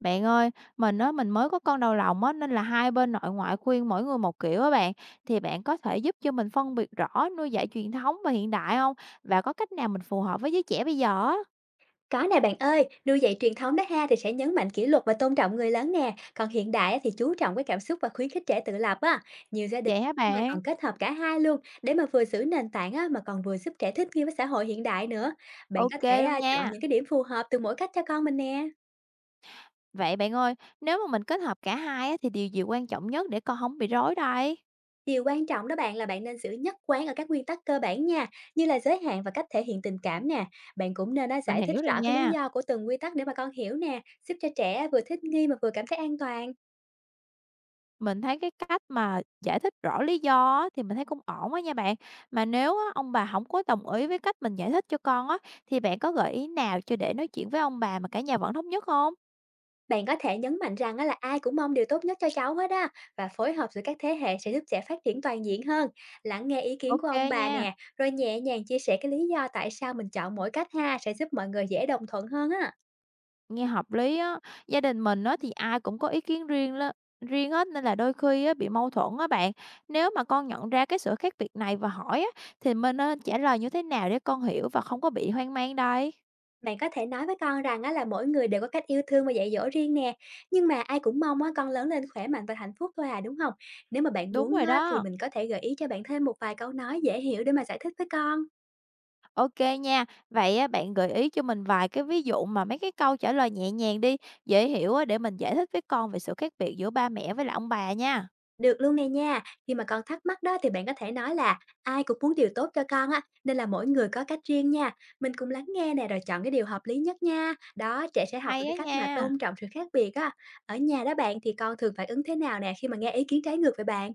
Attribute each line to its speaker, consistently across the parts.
Speaker 1: Bạn ơi, mình á, mình mới có con đầu lòng á, nên là hai bên nội ngoại khuyên mỗi người một kiểu á bạn. Thì bạn có thể giúp cho mình phân biệt rõ nuôi dạy truyền thống và hiện đại không? Và có cách nào mình phù hợp với giới trẻ bây giờ á?
Speaker 2: Có nè bạn ơi, nuôi dạy truyền thống đó ha thì sẽ nhấn mạnh kỷ luật và tôn trọng người lớn nè, còn hiện đại á thì chú trọng cái cảm xúc và khuyến khích trẻ tự lập á. Nhiều gia đình
Speaker 1: Vậy hả
Speaker 2: mà
Speaker 1: bạn?
Speaker 2: còn kết hợp cả hai luôn để mà vừa giữ nền tảng á, mà còn vừa giúp trẻ thích nghi với xã hội hiện đại nữa. Bạn có
Speaker 1: Ok
Speaker 2: thể
Speaker 1: luôn
Speaker 2: chọn
Speaker 1: nha.
Speaker 2: những cái điểm phù hợp từ mỗi cách cho con mình nè.
Speaker 1: Vậy bạn ơi, nếu mà mình kết hợp cả hai á, thì điều gì quan trọng nhất để con không bị rối đây?
Speaker 2: Điều quan trọng đó bạn là bạn nên giữ nhất quán ở các nguyên tắc cơ bản nha, như là giới hạn và cách thể hiện tình cảm nè. Bạn cũng nên
Speaker 1: Mình
Speaker 2: giải thích
Speaker 1: hiểu rồi
Speaker 2: rõ cái lý
Speaker 1: nha.
Speaker 2: do của từng quy tắc để mà con hiểu nè, giúp cho trẻ vừa thích nghi mà vừa cảm thấy an toàn.
Speaker 1: Mình thấy cái cách mà giải thích rõ lý do á, thì mình thấy cũng ổn á nha bạn. Mà nếu á, ông bà không có đồng ý với cách mình giải thích cho con á, thì bạn có gợi ý nào cho để nói chuyện với ông bà mà cả nhà vẫn thống nhất không?
Speaker 2: Bạn có thể nhấn mạnh rằng á là ai cũng mong điều tốt nhất cho cháu hết á, và phối hợp giữa các thế hệ sẽ giúp trẻ phát triển toàn diện hơn. Lắng nghe ý kiến của
Speaker 1: OK
Speaker 2: ông bà
Speaker 1: nha,
Speaker 2: nè, rồi nhẹ nhàng chia sẻ cái lý do tại sao mình chọn mỗi cách ha sẽ giúp mọi người dễ đồng thuận hơn á.
Speaker 1: nghe hợp lý á. Gia đình mình á, thì ai cũng có ý kiến riêng riêng hết nên là đôi khi á, bị mâu thuẫn á bạn. Nếu mà con nhận ra cái sự khác biệt này và hỏi á, thì mình nên trả lời như thế nào để con hiểu và không có bị hoang mang đây?
Speaker 2: Bạn có thể nói với con rằng á là mỗi người đều có cách yêu thương và dạy dỗ riêng nè, nhưng mà ai cũng mong á con lớn lên khỏe mạnh và hạnh phúc thôi à, đúng không? Nếu mà bạn
Speaker 1: Đúng
Speaker 2: muốn
Speaker 1: rồi
Speaker 2: á thì
Speaker 1: đó.
Speaker 2: mình có thể gợi ý cho bạn thêm một vài câu nói dễ hiểu để mà giải thích với con.
Speaker 1: OK nha. Vậy á, bạn gợi ý cho mình vài cái ví dụ mà mấy cái câu trả lời nhẹ nhàng đi, dễ hiểu á, để mình giải thích với con về sự khác biệt giữa ba mẹ với lại ông bà nha.
Speaker 2: Được luôn nè nha. Khi mà con thắc mắc đó thì bạn có thể nói là ai cũng muốn điều tốt cho con á, nên là mỗi người có cách riêng nha. Mình cùng lắng nghe nè rồi chọn cái điều hợp lý nhất nha. Đó, trẻ sẽ học
Speaker 1: Hay
Speaker 2: được cái
Speaker 1: á
Speaker 2: cách mà
Speaker 1: nha.
Speaker 2: tôn trọng sự khác biệt á. Ở nhà đó bạn thì con thường phản ứng thế nào nè khi mà nghe ý kiến trái ngược với bạn?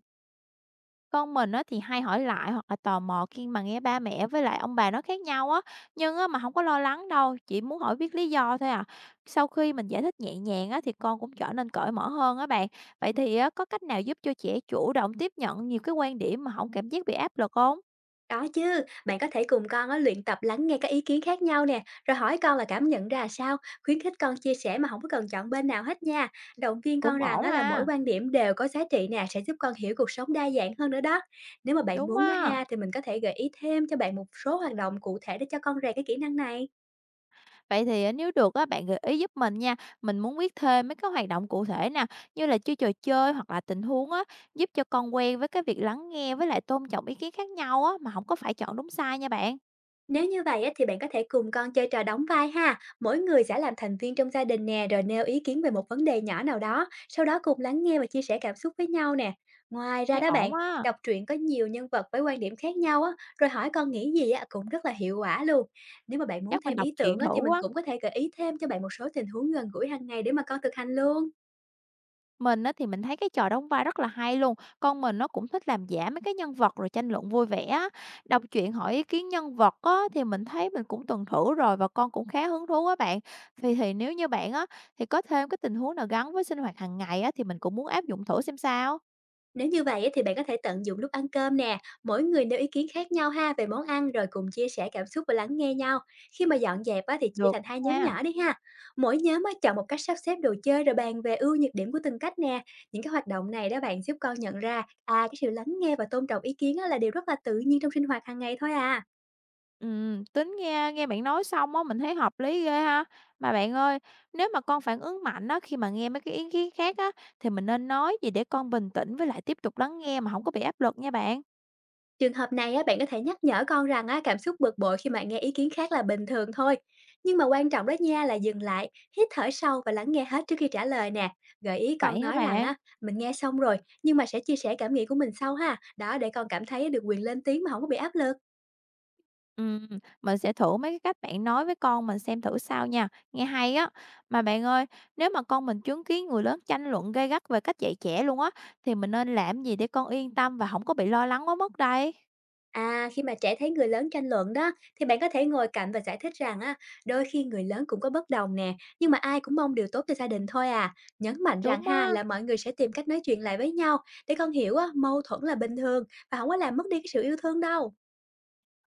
Speaker 1: Con mình á, thì hay hỏi lại hoặc là tò mò khi mà nghe ba mẹ với lại ông bà nói khác nhau á, nhưng á, mà không có lo lắng đâu, chỉ muốn hỏi biết lý do thôi à. Sau khi mình giải thích nhẹ nhàng á, thì con cũng trở nên cởi mở hơn á bạn. Vậy thì á, có cách nào giúp cho trẻ chủ động tiếp nhận nhiều cái quan điểm mà không cảm giác bị áp lực không?
Speaker 2: Có chứ, bạn có thể cùng con á, luyện tập lắng nghe các ý kiến khác nhau nè, rồi hỏi con là cảm nhận ra sao, khuyến khích con chia sẻ mà không có cần chọn bên nào hết nha. Động viên con
Speaker 1: Cũng
Speaker 2: rằng
Speaker 1: ổn
Speaker 2: á, là mỗi
Speaker 1: ha.
Speaker 2: quan điểm đều có giá trị nè, sẽ giúp con hiểu cuộc sống đa dạng hơn nữa đó. Nếu mà bạn
Speaker 1: Đúng
Speaker 2: muốn đó
Speaker 1: á.
Speaker 2: ha, thì mình có thể gợi ý thêm cho bạn một số hoạt động cụ thể để cho con rèn cái kỹ năng này.
Speaker 1: Vậy thì, à, nếu được á, bạn gợi ý giúp mình nha. Mình muốn biết thêm mấy cái hoạt động cụ thể nè, như là chơi trò chơi hoặc là tình huống á, giúp cho con quen với cái việc lắng nghe với lại tôn trọng ý kiến khác nhau á, mà không có phải chọn đúng sai nha bạn.
Speaker 2: Nếu như vậy á, thì bạn có thể cùng con chơi trò đóng vai ha. Mỗi người sẽ làm thành viên trong gia đình nè, rồi nêu ý kiến về một vấn đề nhỏ nào đó. Sau đó cùng lắng nghe và chia sẻ cảm xúc với nhau nè. Ngoài ra
Speaker 1: Thấy
Speaker 2: đó bạn,
Speaker 1: ổn á,
Speaker 2: đọc truyện có nhiều nhân vật với quan điểm khác nhau á, rồi hỏi con nghĩ gì á, cũng rất là hiệu quả luôn. Nếu mà bạn muốn
Speaker 1: chắc mình
Speaker 2: thêm
Speaker 1: đọc
Speaker 2: ý tưởng
Speaker 1: truyện
Speaker 2: á,
Speaker 1: thử
Speaker 2: thì mình
Speaker 1: quá.
Speaker 2: cũng có thể gợi ý thêm cho bạn một số tình huống gần gũi hàng ngày để mà con thực hành luôn.
Speaker 1: Mình á thì mình thấy cái trò đóng vai rất là hay luôn, con mình nó cũng thích làm giả mấy cái nhân vật rồi tranh luận vui vẻ á. Đọc truyện hỏi ý kiến nhân vật á thì mình thấy mình cũng từng thử rồi và con cũng khá hứng thú á bạn. Thì nếu như bạn á thì có thêm cái tình huống nào gắn với sinh hoạt hàng ngày á thì mình cũng muốn áp dụng thử xem sao.
Speaker 2: Nếu như vậy á, thì bạn có thể tận dụng lúc ăn cơm nè, mỗi người nêu ý kiến khác nhau ha về món ăn rồi cùng chia sẻ cảm xúc và lắng nghe nhau. Khi mà dọn dẹp á, thì chia
Speaker 1: Được
Speaker 2: thành hai nhóm
Speaker 1: nha.
Speaker 2: nhỏ đi ha. Mỗi nhóm á, chọn một cách sắp xếp đồ chơi rồi bàn về ưu nhược điểm của từng cách nè. Những cái hoạt động này đó bạn giúp con nhận ra cái sự lắng nghe và tôn trọng ý kiến á, là điều rất là tự nhiên trong sinh hoạt hàng ngày thôi à.
Speaker 1: Tính nghe nghe bạn nói xong á mình thấy hợp lý ghê ha. Mà bạn ơi, nếu mà con phản ứng mạnh á khi mà nghe mấy cái ý kiến khác á thì mình nên nói gì để con bình tĩnh với lại tiếp tục lắng nghe mà không có bị áp lực nha bạn.
Speaker 2: Trường hợp này á, bạn có thể nhắc nhở con rằng á, cảm xúc bực bội khi mà nghe ý kiến khác là bình thường thôi. Nhưng mà quan trọng đó nha là dừng lại, hít thở sâu và lắng nghe hết trước khi trả lời nè. Gợi ý con
Speaker 1: Vậy hả
Speaker 2: nói rằng
Speaker 1: bạn?
Speaker 2: á, mình nghe xong rồi nhưng mà sẽ chia sẻ cảm nghĩ của mình sau ha. Đó để con cảm thấy được quyền lên tiếng mà không có bị áp lực.
Speaker 1: Ừm, mình sẽ thử mấy cái cách bạn nói với con mình xem thử sao nha, nghe hay á. Mà bạn ơi, nếu mà con mình chứng kiến người lớn tranh luận gay gắt về cách dạy trẻ luôn á, thì mình nên làm gì để con yên tâm và không có bị lo lắng quá mức đây?
Speaker 2: À, khi mà trẻ thấy người lớn tranh luận đó, thì bạn có thể ngồi cạnh và giải thích rằng á, đôi khi người lớn cũng có bất đồng nè, nhưng mà ai cũng mong điều tốt cho gia đình thôi à. Nhấn mạnh rằng
Speaker 1: Đúng
Speaker 2: ha
Speaker 1: á,
Speaker 2: là mọi người sẽ tìm cách nói chuyện lại với nhau để con hiểu á, mâu thuẫn là bình thường và không có làm mất đi cái sự yêu thương đâu.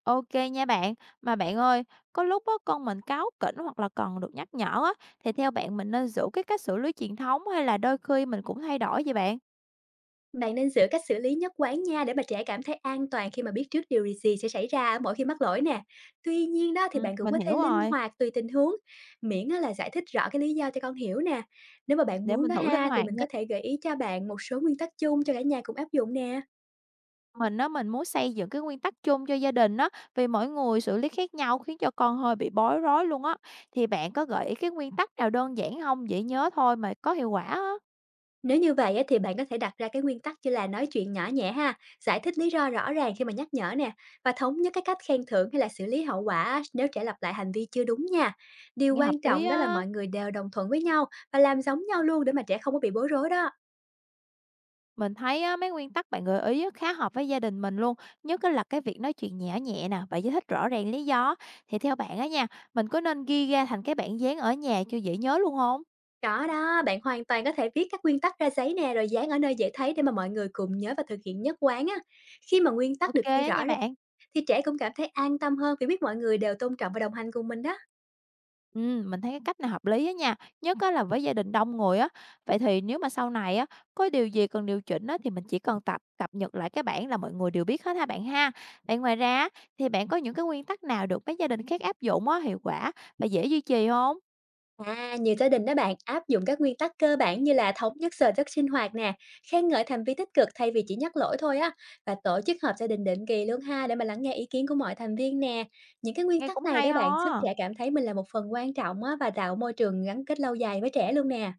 Speaker 1: ok nha bạn. Mà bạn ơi, có lúc á, con mình cáu kỉnh hoặc là cần được nhắc nhở á, thì theo bạn mình nên giữ cái cách xử lý truyền thống hay là đôi khi mình cũng thay đổi vậy bạn?
Speaker 2: Bạn nên giữ cách xử lý nhất quán nha để mà trẻ cảm thấy an toàn khi mà biết trước điều gì sẽ xảy ra mỗi khi mắc lỗi nè. Tuy nhiên đó thì
Speaker 1: Ừ,
Speaker 2: bạn cũng
Speaker 1: mình
Speaker 2: có thể
Speaker 1: hiểu
Speaker 2: linh
Speaker 1: rồi,
Speaker 2: hoạt tùy tình huống, miễn á là giải thích rõ cái lý do cho con hiểu nè. Nếu mà bạn
Speaker 1: để
Speaker 2: muốn
Speaker 1: mình
Speaker 2: đó
Speaker 1: thử linh
Speaker 2: ha thì
Speaker 1: hoạt
Speaker 2: mình
Speaker 1: nha.
Speaker 2: có thể gợi ý cho bạn một số nguyên tắc chung cho cả nhà cùng áp dụng nè.
Speaker 1: Mình á, mình muốn xây dựng cái nguyên tắc chung cho gia đình á, vì mỗi người xử lý khác nhau khiến cho con hơi bị bối rối luôn á. Thì bạn có gợi ý cái nguyên tắc nào đơn giản không dễ nhớ thôi mà có hiệu quả á?
Speaker 2: Nếu như vậy á, thì bạn có thể đặt ra cái nguyên tắc như là nói chuyện nhỏ nhẹ ha, giải thích lý do rõ ràng khi mà nhắc nhở nè, và thống nhất cái cách khen thưởng hay là xử lý hậu quả á, nếu trẻ lặp lại hành vi chưa đúng nha. Điều
Speaker 1: Nghe hợp
Speaker 2: quan
Speaker 1: lý
Speaker 2: trọng đó là
Speaker 1: á.
Speaker 2: mọi người đều đồng thuận với nhau và làm giống nhau luôn để mà trẻ không có bị bối rối đó.
Speaker 1: Mình thấy á, mấy nguyên tắc bạn gợi ý á, khá hợp với gia đình mình luôn, nhất á là cái việc nói chuyện nhỏ nhẹ nè, và giải thích rõ ràng lý do. Thì theo bạn á nha, mình có nên ghi ra thành cái bảng dán ở nhà cho dễ nhớ luôn không?
Speaker 2: Có đó, bạn hoàn toàn có thể viết các nguyên tắc ra giấy nè rồi dán ở nơi dễ thấy để mà mọi người cùng nhớ và thực hiện nhất quán á. Khi mà nguyên tắc
Speaker 1: Ok
Speaker 2: được ghi
Speaker 1: á nha
Speaker 2: rõ ra
Speaker 1: bạn.
Speaker 2: thì trẻ cũng cảm thấy an tâm hơn vì biết mọi người đều tôn trọng và đồng hành cùng mình đó.
Speaker 1: Mình thấy cái cách này hợp lý á nha, nhất á là với gia đình đông người á. Vậy thì nếu mà sau này á, có điều gì cần điều chỉnh á, thì mình chỉ cần tập cập nhật lại cái bản là mọi người đều biết hết ha bạn ha. Vậy ngoài ra á, thì bạn có những cái nguyên tắc nào được mấy gia đình khác áp dụng á, hiệu quả và dễ duy trì không?
Speaker 2: À, nhiều gia đình đó bạn áp dụng các nguyên tắc cơ bản như là thống nhất giờ giấc sinh hoạt nè, khen ngợi thành viên tích cực thay vì chỉ nhắc lỗi thôi á, và tổ chức họp gia đình định kỳ luôn ha để mà lắng nghe ý kiến của mọi thành viên nè. Những cái nguyên
Speaker 1: Nghe
Speaker 2: tắc
Speaker 1: cũng
Speaker 2: này
Speaker 1: hay
Speaker 2: đó bạn
Speaker 1: ho
Speaker 2: giúp
Speaker 1: á.
Speaker 2: trẻ cảm thấy mình là một phần quan trọng á và tạo môi trường gắn kết lâu dài với trẻ luôn nè.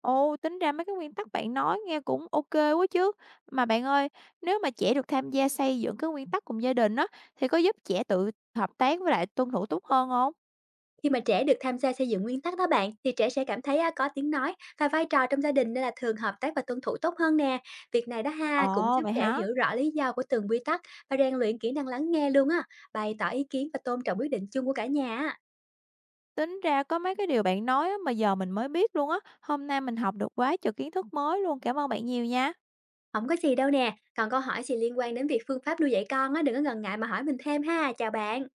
Speaker 1: Ồ, tính ra mấy cái nguyên tắc bạn nói nghe cũng ok quá chứ. Mà bạn ơi, nếu mà trẻ được tham gia xây dựng cái nguyên tắc cùng gia đình á, thì có giúp trẻ tự hợp tác với lại tuân thủ tốt hơn không?
Speaker 2: Khi mà trẻ được tham gia xây dựng nguyên tắc đó bạn, thì trẻ sẽ cảm thấy á, có tiếng nói và vai trò trong gia đình nên là thường hợp tác và tuân thủ tốt hơn nè. Việc này đó ha cũng
Speaker 1: Ồ,
Speaker 2: giúp
Speaker 1: vậy
Speaker 2: trẻ
Speaker 1: hả?
Speaker 2: hiểu rõ lý do của từng quy tắc và rèn luyện kỹ năng lắng nghe luôn á, bày tỏ ý kiến và tôn trọng quyết định chung của cả nhà á.
Speaker 1: Tính ra có mấy cái điều bạn nói á, mà giờ mình mới biết luôn á. Hôm nay mình học được quá trời kiến thức mới luôn. Cảm ơn bạn nhiều nha.
Speaker 2: Không có gì đâu nè, còn câu hỏi gì liên quan đến việc phương pháp nuôi dạy con á, đừng có ngần ngại mà hỏi mình thêm ha, chào bạn.